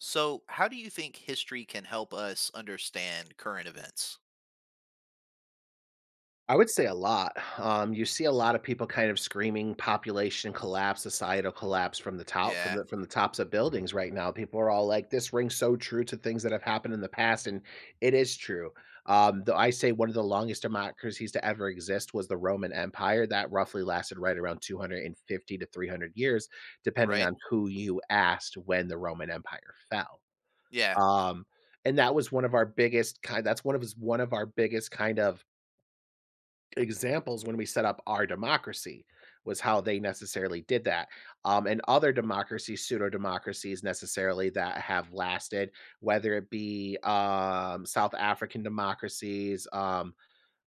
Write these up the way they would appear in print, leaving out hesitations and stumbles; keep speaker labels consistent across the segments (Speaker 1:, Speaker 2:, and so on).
Speaker 1: So, how do you think history can help us understand current events?
Speaker 2: I would say a lot. You see a lot of people kind of screaming population collapse, societal collapse from the top, from
Speaker 1: Yeah,
Speaker 2: the from the tops of buildings right now. People are all like, "This rings so true to things that have happened in the past," and it is true. Though I say one of the longest democracies to ever exist was the Roman Empire. That roughly lasted right around 250 to 300 years, depending
Speaker 1: right?
Speaker 2: on who you asked when the Roman Empire fell.
Speaker 1: Yeah,
Speaker 2: Um, and that was one of our biggest kind. That's one of our biggest kind of examples when we set up our democracy, was how they necessarily did that, and other democracies, pseudo democracies necessarily, that have lasted, whether it be South African democracies,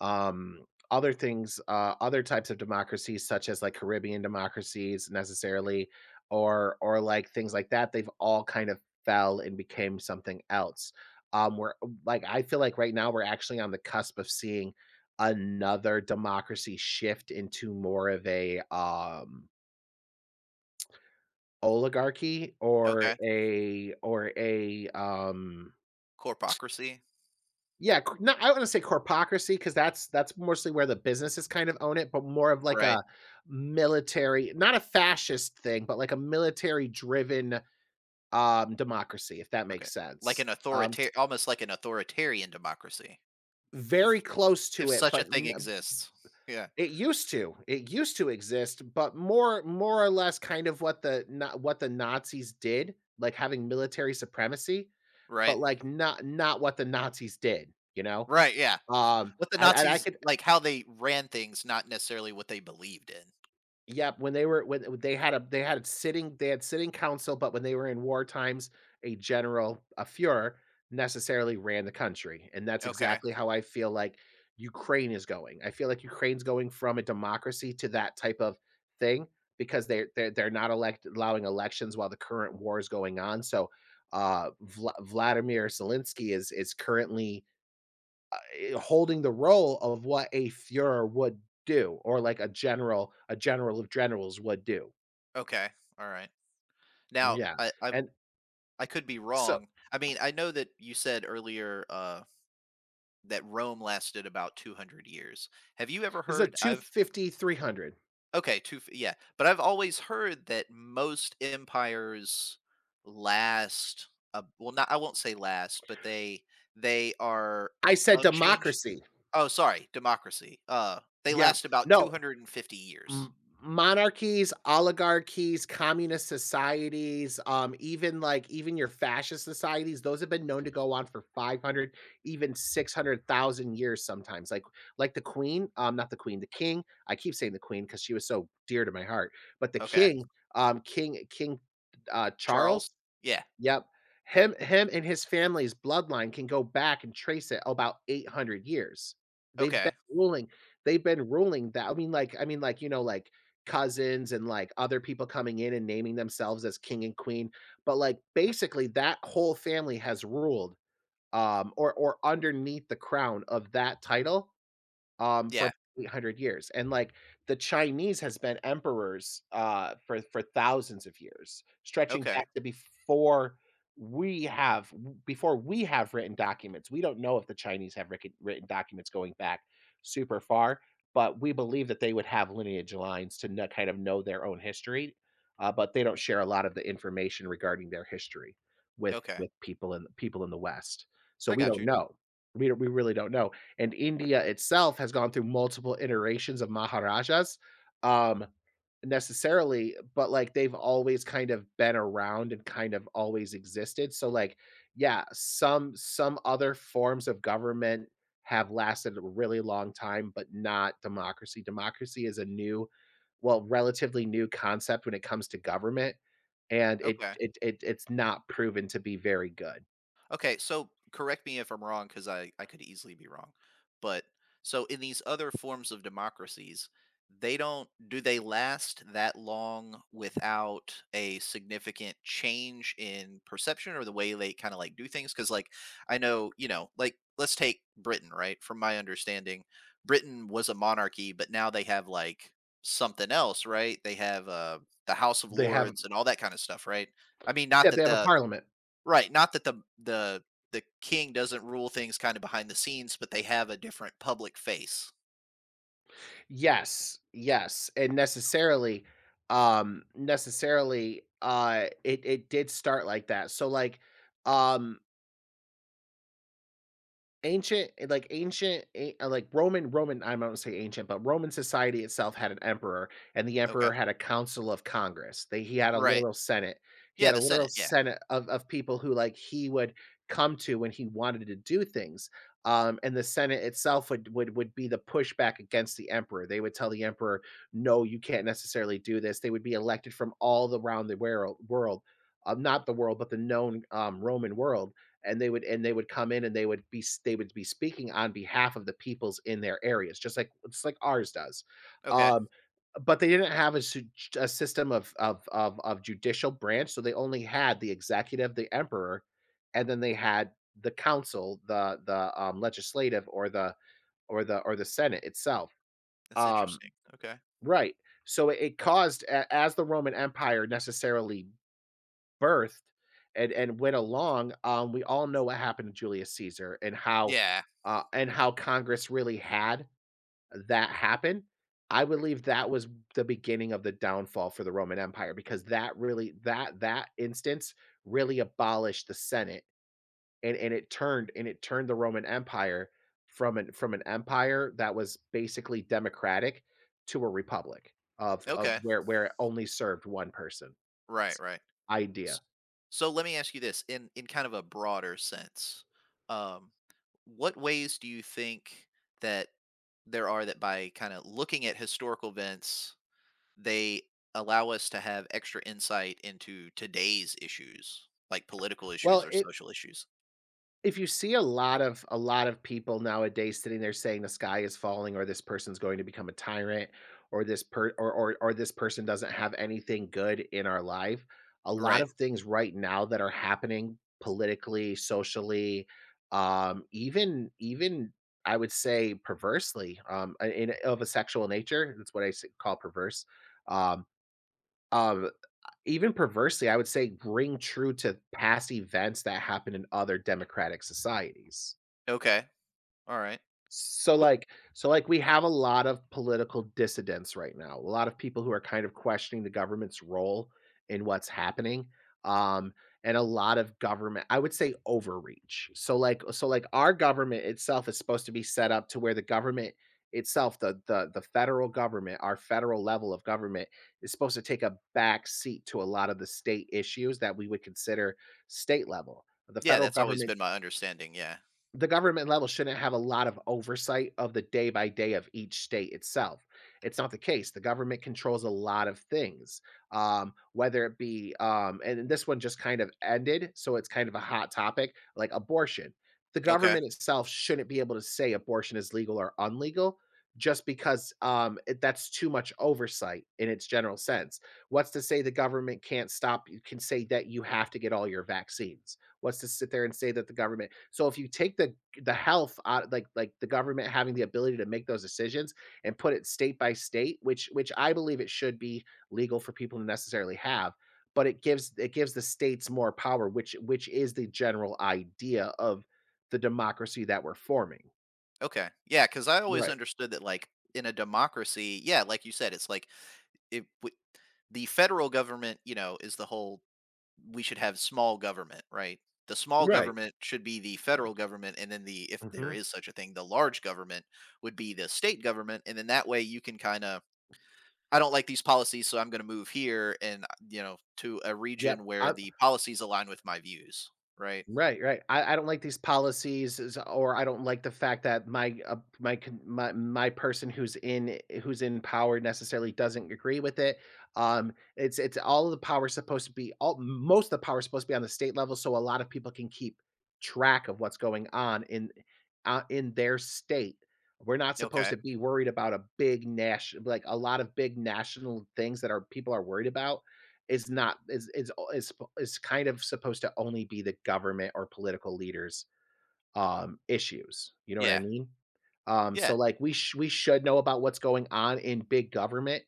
Speaker 2: um, other things, other types of democracies, such as like Caribbean democracies, necessarily, or like things like that. They've all kind of fell and became something else. We're like, I feel like right now we're actually on the cusp of seeing another democracy shift into more of a oligarchy, or
Speaker 1: okay.
Speaker 2: a or a
Speaker 1: Corpocracy,
Speaker 2: Yeah. C no, I want to say corpocracy because that's mostly where the businesses kind of own it, but more of like
Speaker 1: right?
Speaker 2: a military, not a fascist thing, but like a military-driven, democracy, if that
Speaker 1: Okay.
Speaker 2: makes
Speaker 1: Like
Speaker 2: sense.
Speaker 1: an
Speaker 2: S
Speaker 1: authoritarian almost like an authoritarian democracy
Speaker 2: Very
Speaker 1: if
Speaker 2: close
Speaker 1: if
Speaker 2: to it,
Speaker 1: such a
Speaker 2: but
Speaker 1: thing
Speaker 2: n
Speaker 1: exists. Yeah,
Speaker 2: it used to. It used to exist, but more or less kind of what the Nazis did, like having military supremacy, but,
Speaker 1: right?
Speaker 2: like, not what the Nazis did, you know?
Speaker 1: Right, yeah.
Speaker 2: Um,
Speaker 1: What the
Speaker 2: and I
Speaker 1: Nazis
Speaker 2: could.
Speaker 1: like how they ran things, not necessarily what they believed in.
Speaker 2: Yep, when they were, when they had a they had it sitting they had sitting council, but when they were in war times, a general, a Führer necessarily ran the country, and that's
Speaker 1: Okay.
Speaker 2: exactly how I feel like Ukraine is going. I feel like Ukraine's going from a democracy to that type of thing because they're not elect allowing elections while the current war is going on. So, Vladimir Zelensky is currently holding the role of what a Fuhrer would do, or like a general, a general of generals would do.
Speaker 1: Okay. All right. Now,
Speaker 2: Yeah,
Speaker 1: I
Speaker 2: and
Speaker 1: I could be
Speaker 2: so,
Speaker 1: wrong. I mean, I know that you said earlier that Rome lasted about 200 years. Have you ever
Speaker 2: this is a
Speaker 1: heard
Speaker 2: two
Speaker 1: I've
Speaker 2: fifty three hundred.
Speaker 1: okay, yeah, but I've always heard that most empires last well not I won't say last, but they are
Speaker 2: I said
Speaker 1: unchanged.
Speaker 2: democracy.
Speaker 1: Oh, sorry, democracy. They
Speaker 2: Yep.
Speaker 1: last about
Speaker 2: No,
Speaker 1: 250 years.
Speaker 2: m- monarchies, oligarchies, communist societies, even like even your fascist societies, those have been known to go on for 500, even 600,000 years sometimes. Like the queen, not the queen, the king. I keep saying the queen because she was so dear to my heart, but the
Speaker 1: Okay.
Speaker 2: king, King
Speaker 1: Charles?
Speaker 2: Charles.
Speaker 1: Yeah.
Speaker 2: Yep. Him and his family's bloodline can go back and trace it about 800 years. They've been
Speaker 1: Okay.
Speaker 2: ruling they've been ruling that. I mean, like, cousins and, like, other people coming in and naming themselves as king and queen, but, like, basically, that whole family has ruled, or underneath the crown of that title, for
Speaker 1: Yeah.
Speaker 2: 800 years, and, like, the Chinese has been emperors, for thousands of years, stretching
Speaker 1: Okay.
Speaker 2: back to before we have written documents. We don't know if the Chinese have written documents going back super far, but we believe that they would have lineage lines to kno kind of know their own history, but they don't share a lot of the information regarding their history with
Speaker 1: Okay.
Speaker 2: with people in the West. So,
Speaker 1: I
Speaker 2: we
Speaker 1: got
Speaker 2: don't
Speaker 1: you.
Speaker 2: know. We really don't know, and India itself has gone through multiple iterations of Maharajas, um, necessarily, but like they've always kind of been around and kind of always existed. So like, yeah, some other forms of government have lasted a really long time, but not democracy. Democracy is a new, well, relatively new concept when it comes to government, and it
Speaker 1: Okay.
Speaker 2: it, it it's not proven to be very good.
Speaker 1: Okay, so correct me if I'm wrong because I could easily be wrong. But so in these other forms of democracies, they don't do they last that long without a significant change in perception or the way they kind of like do things? Because like I know, you know, like let's take Britain, right? From my understanding, Britain was a monarchy, but now they have like something else, right? They have the House of
Speaker 2: They have
Speaker 1: Lords and all that kind of stuff, right? I mean, not
Speaker 2: Yeah, they
Speaker 1: that
Speaker 2: have a
Speaker 1: the
Speaker 2: parliament.
Speaker 1: Right, not that the the king doesn't rule things kinda behind the scenes, but they have a different public face.
Speaker 2: Yes, yes, and necessarily, it did start like that. So like, um, Ancient eh, like, ancient a like, Roman Roman, I'm not gonna say ancient, but Roman society itself had an emperor, and the
Speaker 1: Okay.
Speaker 2: emperor had a council of Congress. They he had a
Speaker 1: Right.
Speaker 2: literal senate. He
Speaker 1: Yeah,
Speaker 2: had a
Speaker 1: the
Speaker 2: literal
Speaker 1: Senate, yeah.
Speaker 2: senate of people who, like, he would come to when he wanted to do things, and the senate itself would be the pushback against the emperor. They would tell the emperor, "No, you can't necessarily do this." They would be elected from all around the world, not the world, but the known, Roman world, and they would come in, and they would be speaking on behalf of the peoples in their areas, just like ours does.
Speaker 1: Okay.
Speaker 2: um but they didn't have a, a system of judicial branch, so they only had the executive, the emperor, and then they had the council, the legislative, or the senate itself.
Speaker 1: That's
Speaker 2: um
Speaker 1: interesting. Okay.
Speaker 2: right, so it caused as the Roman Empire necessarily birthed and went along, we all know what happened to Julius Caesar and how,
Speaker 1: Yeah.
Speaker 2: and how Congress really had that happen. I believe that was the beginning of the downfall for the Roman Empire because that instance really abolished the Senate, and it turned the Roman Empire from an empire that was basically democratic, to a republic of of
Speaker 1: Okay.
Speaker 2: where where it only served one person's
Speaker 1: Right, right. S
Speaker 2: idea.
Speaker 1: So let me ask you this, in kind of a broader sense, um, what ways do you think that there are that by kinda looking at historical events, they allow us to have extra insight into today's issues, like political
Speaker 2: Well,
Speaker 1: issues or
Speaker 2: it
Speaker 1: social issues?
Speaker 2: if you see a lot of people nowadays sitting there saying the sky is falling, or this person's going to become a tyrant, or this person doesn't have anything good in our life. A lot
Speaker 1: Right.
Speaker 2: of things right now that are happening politically, socially, even I would say perversely, in of a sexual nature. That's what I call perverse. Um, um, Even perversely, I would say ring true to past events that happened in other democratic societies.
Speaker 1: Okay. All right.
Speaker 2: So
Speaker 1: Cool.
Speaker 2: like so like we have a lot of political dissidents right now. A lot of people who are kind of questioning the government's role in what's happening. Um and a lot of government, I would say, overreach. So, like, our government itself is supposed to be set up to where the government itself, the federal government, our federal level of government, is supposed to take a back seat to a lot of the state issues that we would consider state level. The
Speaker 1: Yeah,
Speaker 2: federal
Speaker 1: that's always
Speaker 2: government,
Speaker 1: been my understanding. Yeah.
Speaker 2: the government level, shouldn't have a lot of oversight of the day by day of each state itself. It's not the case. The government controls a lot of things, whether it be, and this one just kind of ended, so it's kind of a hot topic, like abortion. The
Speaker 1: Okay.
Speaker 2: government itself shouldn't be able to say abortion is legal or unlegal just because it, that's too much oversight in its general sense. What's to say the government can't stop you, can say that you have to get all your vaccines? Was to sit there and say that the government, so if you take the, health out, like the government having the ability to make those decisions and put it state by state, which I believe it should be legal for people to necessarily have, but it gives, the states more power, which is the general idea of the democracy that we're forming.
Speaker 1: Okay. Yeah, because I always
Speaker 2: Right,
Speaker 1: understood that, like, in a democracy, yeah, like you said, it's like it, w- the federal government, you know, is the whole we should have small government, right? The small
Speaker 2: right.
Speaker 1: government should be the federal government, and then the if there
Speaker 2: Hmm.
Speaker 1: is such a thing, the large government would be the state government, and then that way you can kind of I don't like these policies, so I'm going to move here and you know to a region
Speaker 2: Yep.
Speaker 1: where the policies align with my views, right?
Speaker 2: Right, right. I don't like these policies is, or I don't like the fact that my, my con my my person who's in power necessarily doesn't agree with it. It's all of the power supposed to be, all most of the power is supposed to be on the state level, so a lot of people can keep track of what's going on in their state. We're not supposed
Speaker 1: Okay.
Speaker 2: to be worried about a big national, like, a lot of big national things that our people are worried about is not, is, is is kind of supposed to only be the government or political leaders issues, you know what I
Speaker 1: Yeah.
Speaker 2: mean? So
Speaker 1: Yeah.
Speaker 2: like, we we should know about what's going on in big government,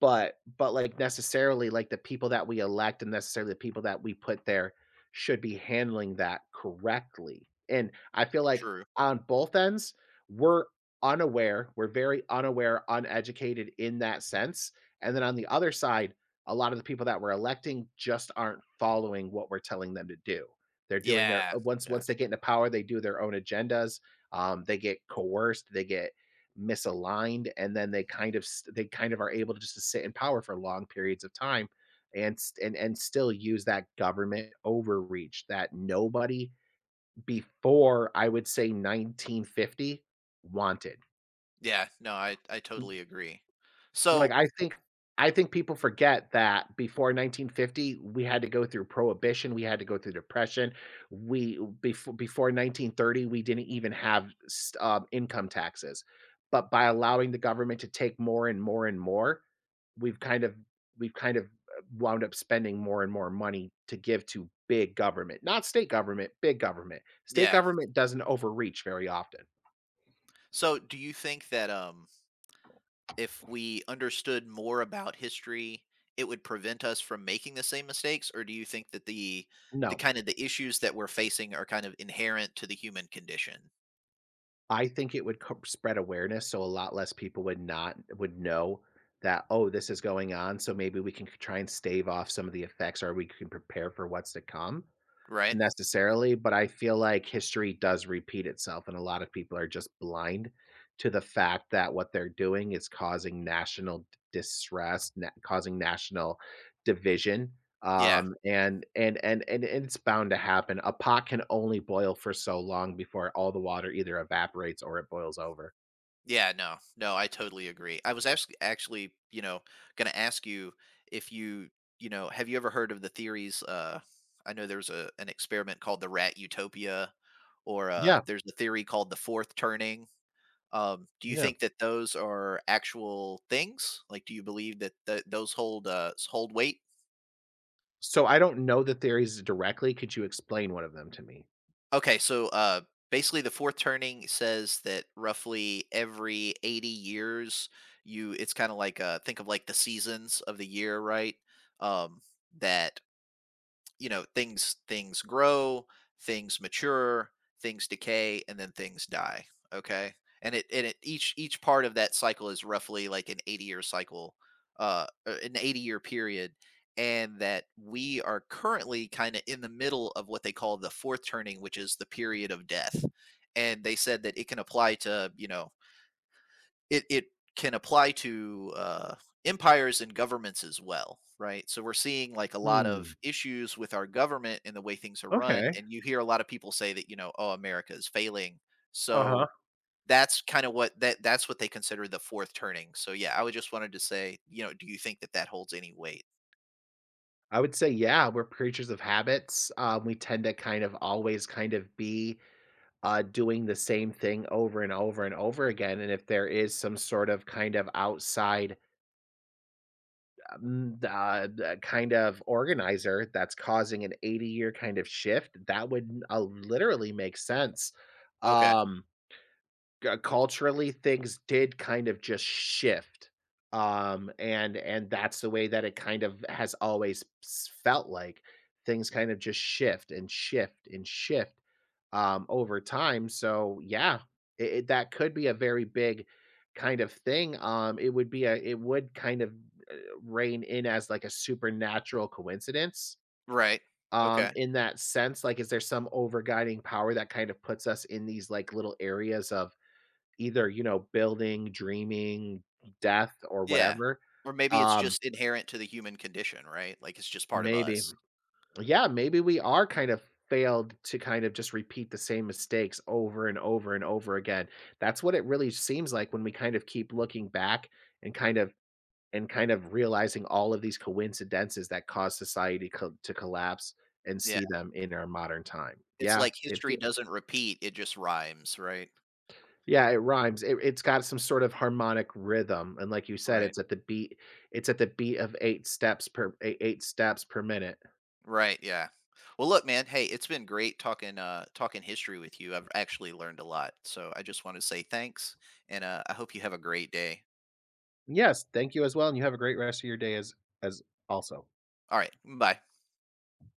Speaker 2: but, like, necessarily, like, the people that we elect, and necessarily the people that we put there, should be handling that correctly, and I feel like
Speaker 1: True.
Speaker 2: on both ends, we're unaware, we're very unaware, uneducated in that sense, and then on the other side, a lot of the people that we're electing just aren't following what we're telling them to do. They're doing their
Speaker 1: Yeah.
Speaker 2: once
Speaker 1: Yeah.
Speaker 2: once they get into power, they do their own agendas. They get coerced, they get misaligned, and then they kind of are able to just to sit in power for long periods of time and s- and still use that government overreach that nobody before, I would say, 1950 wanted.
Speaker 1: Yeah. No, I totally agree.
Speaker 2: Like
Speaker 1: So,
Speaker 2: I think I think people forget that before 1950 we had to go through prohibition, we had to go through depression. We before before 1930 we didn't even have income taxes. But by allowing the government to take more and more and more, we've kind of we've kind of wound up spending more and more money to give to big government, not state government, big government. State
Speaker 1: yeah.
Speaker 2: government doesn't overreach very often.
Speaker 1: So, do you think that if we understood more about history, it would prevent us from making the same mistakes or do you think that the
Speaker 2: No,
Speaker 1: kind of the issues that we're facing are kind of inherent to the human condition,
Speaker 2: I think it would spread awareness, so a lot less people would not would know that, oh, this is going on. So maybe we can try and stave off some of the effects, or we can prepare for what's to come.
Speaker 1: right?
Speaker 2: Necessarily, but I feel like history does repeat itself, and a lot of people are just blind to the fact that what they're doing is causing national distress, causing national division.
Speaker 1: Yeah.
Speaker 2: And it's bound to happen. A pot can only boil for so long before all the water either evaporates or it boils over.
Speaker 1: Yeah, no. No, I totally agree. I was actually, you know, gonna ask you if you, you know, have you ever heard of the theories? I know there's a an experiment called the rat utopia, or
Speaker 2: Yeah,
Speaker 1: there's a theory called the fourth turning. Do you
Speaker 2: yeah.
Speaker 1: think that those are actual things? Like, do you believe that those hold hold weight?
Speaker 2: So I don't know the theories directly. Could you explain one of them to me?
Speaker 1: Okay, so basically, the fourth turning says that roughly every 80 years, you it's kind of like think of like the seasons of the year, right? Um, that you know things things grow things mature things decay and then things die okay and it each part of that cycle is roughly like an 80-year cycle an 80-year period and that we are currently kind of in the middle of what they call the fourth turning which is the period of death and they said that it can apply to you know it can apply to empires and governments as well, right? So we're seeing like a lot of
Speaker 2: Hmm.
Speaker 1: issues with our government and the way things are run,
Speaker 2: Okay.
Speaker 1: and you hear a lot of people say that you know, oh, America is failing.
Speaker 2: Uh
Speaker 1: So
Speaker 2: huh.
Speaker 1: that's kind of what that's what they consider the fourth turning. So yeah, I would just wanted to say, you know, do you think that that holds any weight?
Speaker 2: I would say, yeah, we're creatures of habits. We tend to kind of always kind of be doing the same thing over and over and over again. And if there is some sort of kind of outside the kind of organizer that's causing an 80-year kind of shift, that would literally make sense.
Speaker 1: Okay,
Speaker 2: Um, Culturally, things did kind of just shift, and that's the way that it kind of has always felt like. Things kind of just shift and shift and shift over time, so yeah, that could be a very big kind of thing. It would be a it would kind of, uh, rein in as like a supernatural coincidence.
Speaker 1: right. Okay,
Speaker 2: In that sense, like, is there some overguiding power that kind of puts us in these like little areas of either, you know, building, dreaming, death, or
Speaker 1: yeah.
Speaker 2: whatever?
Speaker 1: Or maybe it's
Speaker 2: Um,
Speaker 1: just inherent to the human condition, right? Like it's just part of
Speaker 2: Maybe.
Speaker 1: us.
Speaker 2: Yeah, maybe we are kind of failed to kind of just repeat the same mistakes over and over and over again. That's what it really seems like when we kind of keep looking back and kind of and kind of realizing all of these coincidences that cause society to collapse and
Speaker 1: Yeah.
Speaker 2: see them in our modern time.
Speaker 1: It's like history doesn't repeat, it just rhymes, right?
Speaker 2: Yeah, it rhymes. It's got some sort of harmonic rhythm, and like you said,
Speaker 1: Right.
Speaker 2: it's at the beat of 8 steps per ei 8 steps per minute.
Speaker 1: Right, yeah. Well, look, man, hey, it's been great talking talking history with you. I've actually learned a lot. So I just want to say thanks and I hope you have a great day.
Speaker 2: Yes, thank you as well, and you have a great rest of your day as as also.
Speaker 1: All right. Bye.